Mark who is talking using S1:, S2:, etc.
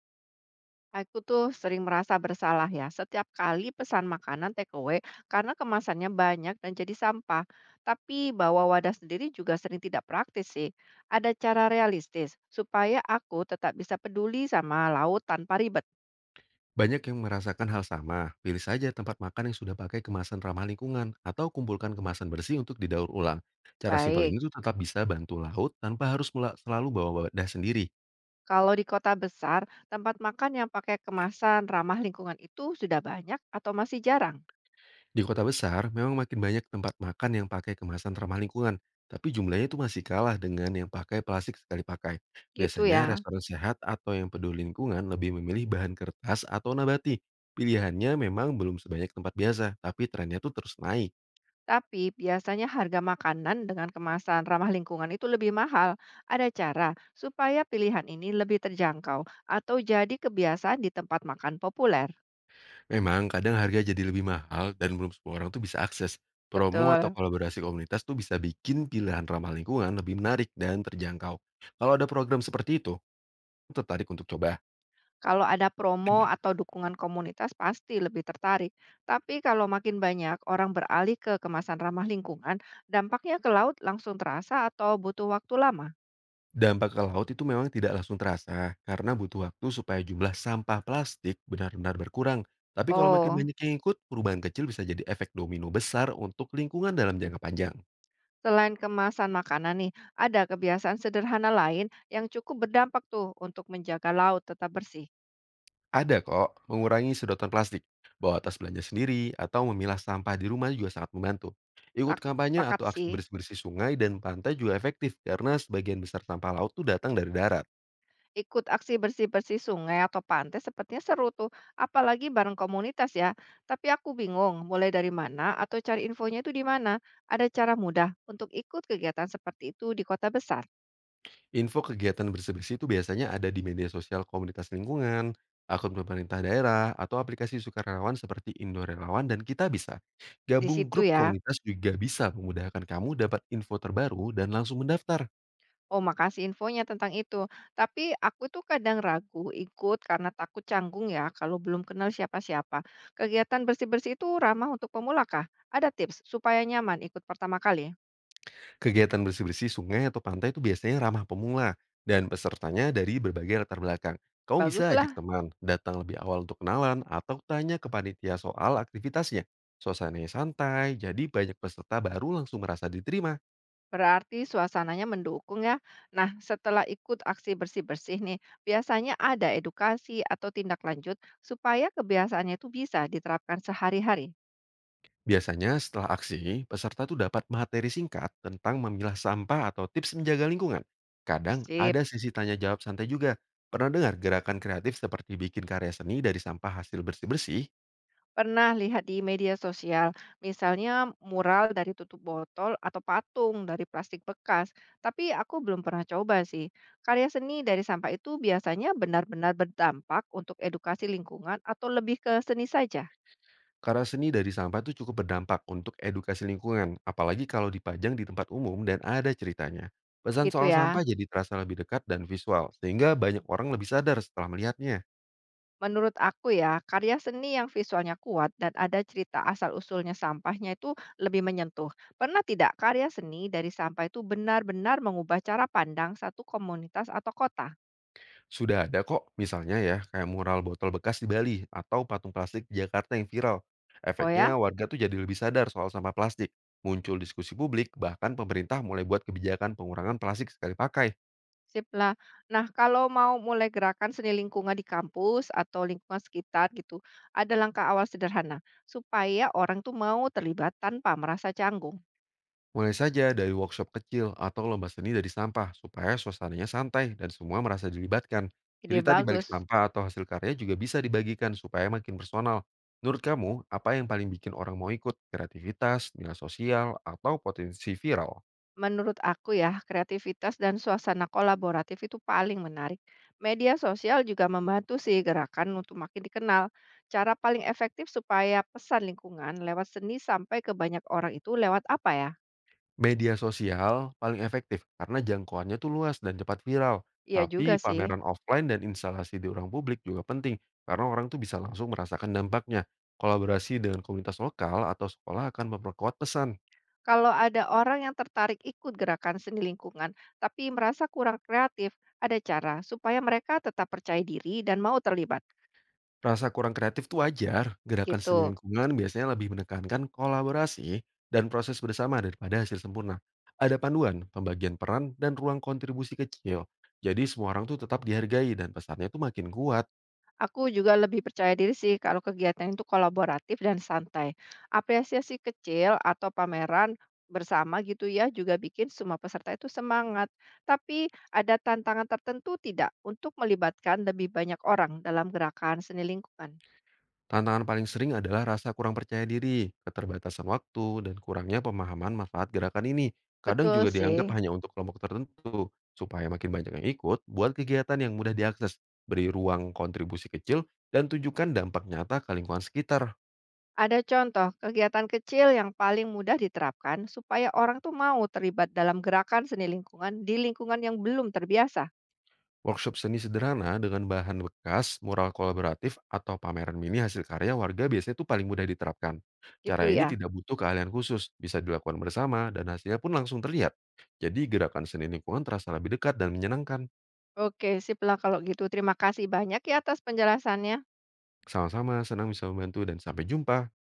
S1: Aku tuh sering merasa bersalah ya setiap kali pesan makanan takeaway karena kemasannya banyak dan jadi sampah. Tapi bawa wadah sendiri juga sering tidak praktis sih. Ada cara realistis supaya aku tetap bisa peduli sama laut tanpa ribet.
S2: Banyak yang merasakan hal sama. Pilih saja tempat makan yang sudah pakai kemasan ramah lingkungan atau kumpulkan kemasan bersih untuk didaur ulang. Cara simpel
S1: Baik,
S2: ini tuh tetap bisa bantu laut tanpa harus selalu bawa wadah sendiri.
S1: kalau di kota besar, tempat makan yang pakai kemasan ramah lingkungan itu sudah banyak atau masih jarang?
S2: Di kota besar, memang makin banyak tempat makan yang pakai kemasan ramah lingkungan, tapi jumlahnya itu masih kalah dengan yang pakai plastik sekali pakai.
S1: Gitu
S2: Biasanya
S1: ya.
S2: restoran sehat atau yang peduli lingkungan lebih memilih bahan kertas atau nabati. Pilihannya memang belum sebanyak tempat biasa, tapi trennya tuh terus naik.
S1: Tapi biasanya harga makanan dengan kemasan ramah lingkungan itu lebih mahal. Ada cara supaya pilihan ini lebih terjangkau atau jadi kebiasaan di tempat makan populer.
S2: Memang kadang harga jadi lebih mahal dan belum semua orang tuh bisa akses. Promo atau
S1: Betul.
S2: kolaborasi komunitas tuh bisa bikin pilihan ramah lingkungan lebih menarik dan terjangkau. Kalau ada program seperti itu, tertarik untuk coba.
S1: Kalau ada promo atau dukungan komunitas pasti lebih tertarik. Tapi kalau makin banyak orang beralih ke kemasan ramah lingkungan, dampaknya ke laut langsung terasa atau butuh waktu lama?
S2: Dampak ke laut itu memang tidak langsung terasa karena butuh waktu supaya jumlah sampah plastik benar-benar berkurang. Tapi kalau makin
S1: Oh.
S2: banyak yang ikut, perubahan kecil bisa jadi efek domino besar untuk lingkungan dalam jangka panjang.
S1: Selain kemasan makanan nih, ada kebiasaan sederhana lain yang cukup berdampak tuh untuk menjaga laut tetap bersih.
S2: Ada kok, mengurangi sedotan plastik, bawa tas belanja sendiri, atau memilah sampah di rumah juga sangat membantu. Ikut kampanye
S1: Sepakat
S2: atau aksi
S1: sih.
S2: bersih-bersih sungai dan pantai juga efektif karena sebagian besar sampah laut tuh datang dari darat.
S1: Ikut aksi bersih-bersih sungai atau pantai sepertinya seru tuh, apalagi bareng komunitas ya. Tapi aku bingung mulai dari mana atau cari infonya itu di mana. Ada cara mudah untuk ikut kegiatan seperti itu di kota besar.
S2: Info kegiatan bersih-bersih itu biasanya ada di media sosial komunitas lingkungan, akun pemerintah daerah, atau aplikasi sukarelawan seperti Indo Relawan dan Kita Bisa.
S1: Di
S2: Gabung
S1: situ
S2: grup
S1: ya.
S2: komunitas juga bisa memudahkan kamu dapat info terbaru dan langsung mendaftar.
S1: Oh, makasih infonya tentang itu. Tapi aku tuh kadang ragu ikut karena takut canggung ya kalau belum kenal siapa-siapa. Kegiatan bersih-bersih itu ramah untuk pemula kah? Ada tips supaya nyaman ikut pertama kali?
S2: Kegiatan bersih-bersih sungai atau pantai itu biasanya ramah pemula dan pesertanya dari berbagai latar belakang. Kamu bisa ajak
S1: Baguslah,
S2: teman, datang lebih awal untuk kenalan, atau tanya ke panitia soal aktivitasnya. Suasananya santai, jadi banyak peserta baru langsung merasa diterima.
S1: berarti suasananya mendukung ya. Nah, setelah ikut aksi bersih-bersih nih, biasanya ada edukasi atau tindak lanjut supaya kebiasaannya itu bisa diterapkan sehari-hari.
S2: Biasanya setelah aksi, peserta tuh dapat materi singkat tentang memilah sampah atau tips menjaga lingkungan. Kadang
S1: Sip.
S2: ada sesi tanya jawab santai juga. Pernah dengar gerakan kreatif seperti bikin karya seni dari sampah hasil bersih-bersih?
S1: Pernah lihat di media sosial, misalnya mural dari tutup botol atau patung dari plastik bekas, tapi aku belum pernah coba sih. Karya seni dari sampah itu biasanya benar-benar berdampak untuk edukasi lingkungan atau lebih ke seni saja,
S2: Karya seni dari sampah itu cukup berdampak untuk edukasi lingkungan, apalagi kalau dipajang di tempat umum dan ada ceritanya. Pesan
S1: gitu
S2: soal
S1: ya.
S2: sampah jadi terasa lebih dekat dan visual, sehingga banyak orang lebih sadar setelah melihatnya.
S1: Menurut aku ya, karya seni yang visualnya kuat dan ada cerita asal-usulnya sampahnya itu lebih menyentuh. Pernah tidak karya seni dari sampah itu benar-benar mengubah cara pandang satu komunitas atau kota?
S2: Sudah ada kok, misalnya ya, kayak mural botol bekas di Bali atau patung plastik di Jakarta yang viral.
S1: Oh ya?
S2: Efeknya warga tuh jadi lebih sadar soal sampah plastik. Muncul diskusi publik, bahkan pemerintah mulai buat kebijakan pengurangan plastik sekali pakai.
S1: Sip lah. Nah, kalau mau mulai gerakan seni lingkungan di kampus atau lingkungan sekitar gitu, ada langkah awal sederhana supaya orang tuh mau terlibat tanpa merasa canggung.
S2: Mulai saja dari workshop kecil atau lomba seni dari sampah supaya suasananya santai dan semua merasa dilibatkan.
S1: Ide
S2: Cerita di balik
S1: bagus.
S2: sampah atau hasil karya juga bisa dibagikan supaya makin personal. Menurut kamu, apa yang paling bikin orang mau ikut? Kreativitas, nilai sosial, atau potensi viral?
S1: Menurut aku ya, kreativitas dan suasana kolaboratif itu paling menarik. Media sosial juga membantu sih gerakan untuk makin dikenal. Cara paling efektif supaya pesan lingkungan lewat seni sampai ke banyak orang itu lewat apa ya?
S2: Media sosial paling efektif karena jangkauannya tuh luas dan cepat viral.
S1: Iya juga
S2: Tapi
S1: sih.
S2: pameran offline dan instalasi di orang publik juga penting karena orang tuh bisa langsung merasakan dampaknya. Kolaborasi dengan komunitas lokal atau sekolah akan memperkuat pesan.
S1: Kalau ada orang yang tertarik ikut gerakan seni lingkungan, tapi merasa kurang kreatif, ada cara supaya mereka tetap percaya diri dan mau terlibat.
S2: Rasa kurang kreatif tuh wajar. Gerakan seni
S1: Gitu.
S2: lingkungan biasanya lebih menekankan kolaborasi dan proses bersama daripada hasil sempurna. Ada panduan, pembagian peran, dan ruang kontribusi kecil. Jadi semua orang tuh tetap dihargai dan pesannya tuh makin kuat.
S1: Aku juga lebih percaya diri sih kalau kegiatan itu kolaboratif dan santai. Apresiasi kecil atau pameran bersama gitu ya juga bikin semua peserta itu semangat. Tapi ada tantangan tertentu tidak untuk melibatkan lebih banyak orang dalam gerakan seni lingkungan?
S2: Tantangan paling sering adalah rasa kurang percaya diri, keterbatasan waktu, dan kurangnya pemahaman manfaat gerakan ini. Kadang
S1: Betul
S2: juga dianggap
S1: sih.
S2: hanya untuk kelompok tertentu. Supaya makin banyak yang ikut, buat kegiatan yang mudah diakses. Beri ruang kontribusi kecil dan tunjukkan dampak nyata ke lingkungan sekitar.
S1: Ada contoh kegiatan kecil yang paling mudah diterapkan supaya orang tuh mau terlibat dalam gerakan seni lingkungan di lingkungan yang belum terbiasa,
S2: Workshop seni sederhana dengan bahan bekas, mural kolaboratif, atau pameran mini hasil karya warga biasanya tuh paling mudah diterapkan.
S1: gitu
S2: Cara ini
S1: ya.
S2: tidak butuh keahlian khusus, bisa dilakukan bersama dan hasilnya pun langsung terlihat. Jadi gerakan seni lingkungan terasa lebih dekat dan menyenangkan.
S1: Oke, sip lah kalau gitu. Terima kasih banyak ya atas penjelasannya.
S2: Sama-sama, senang bisa membantu dan sampai jumpa.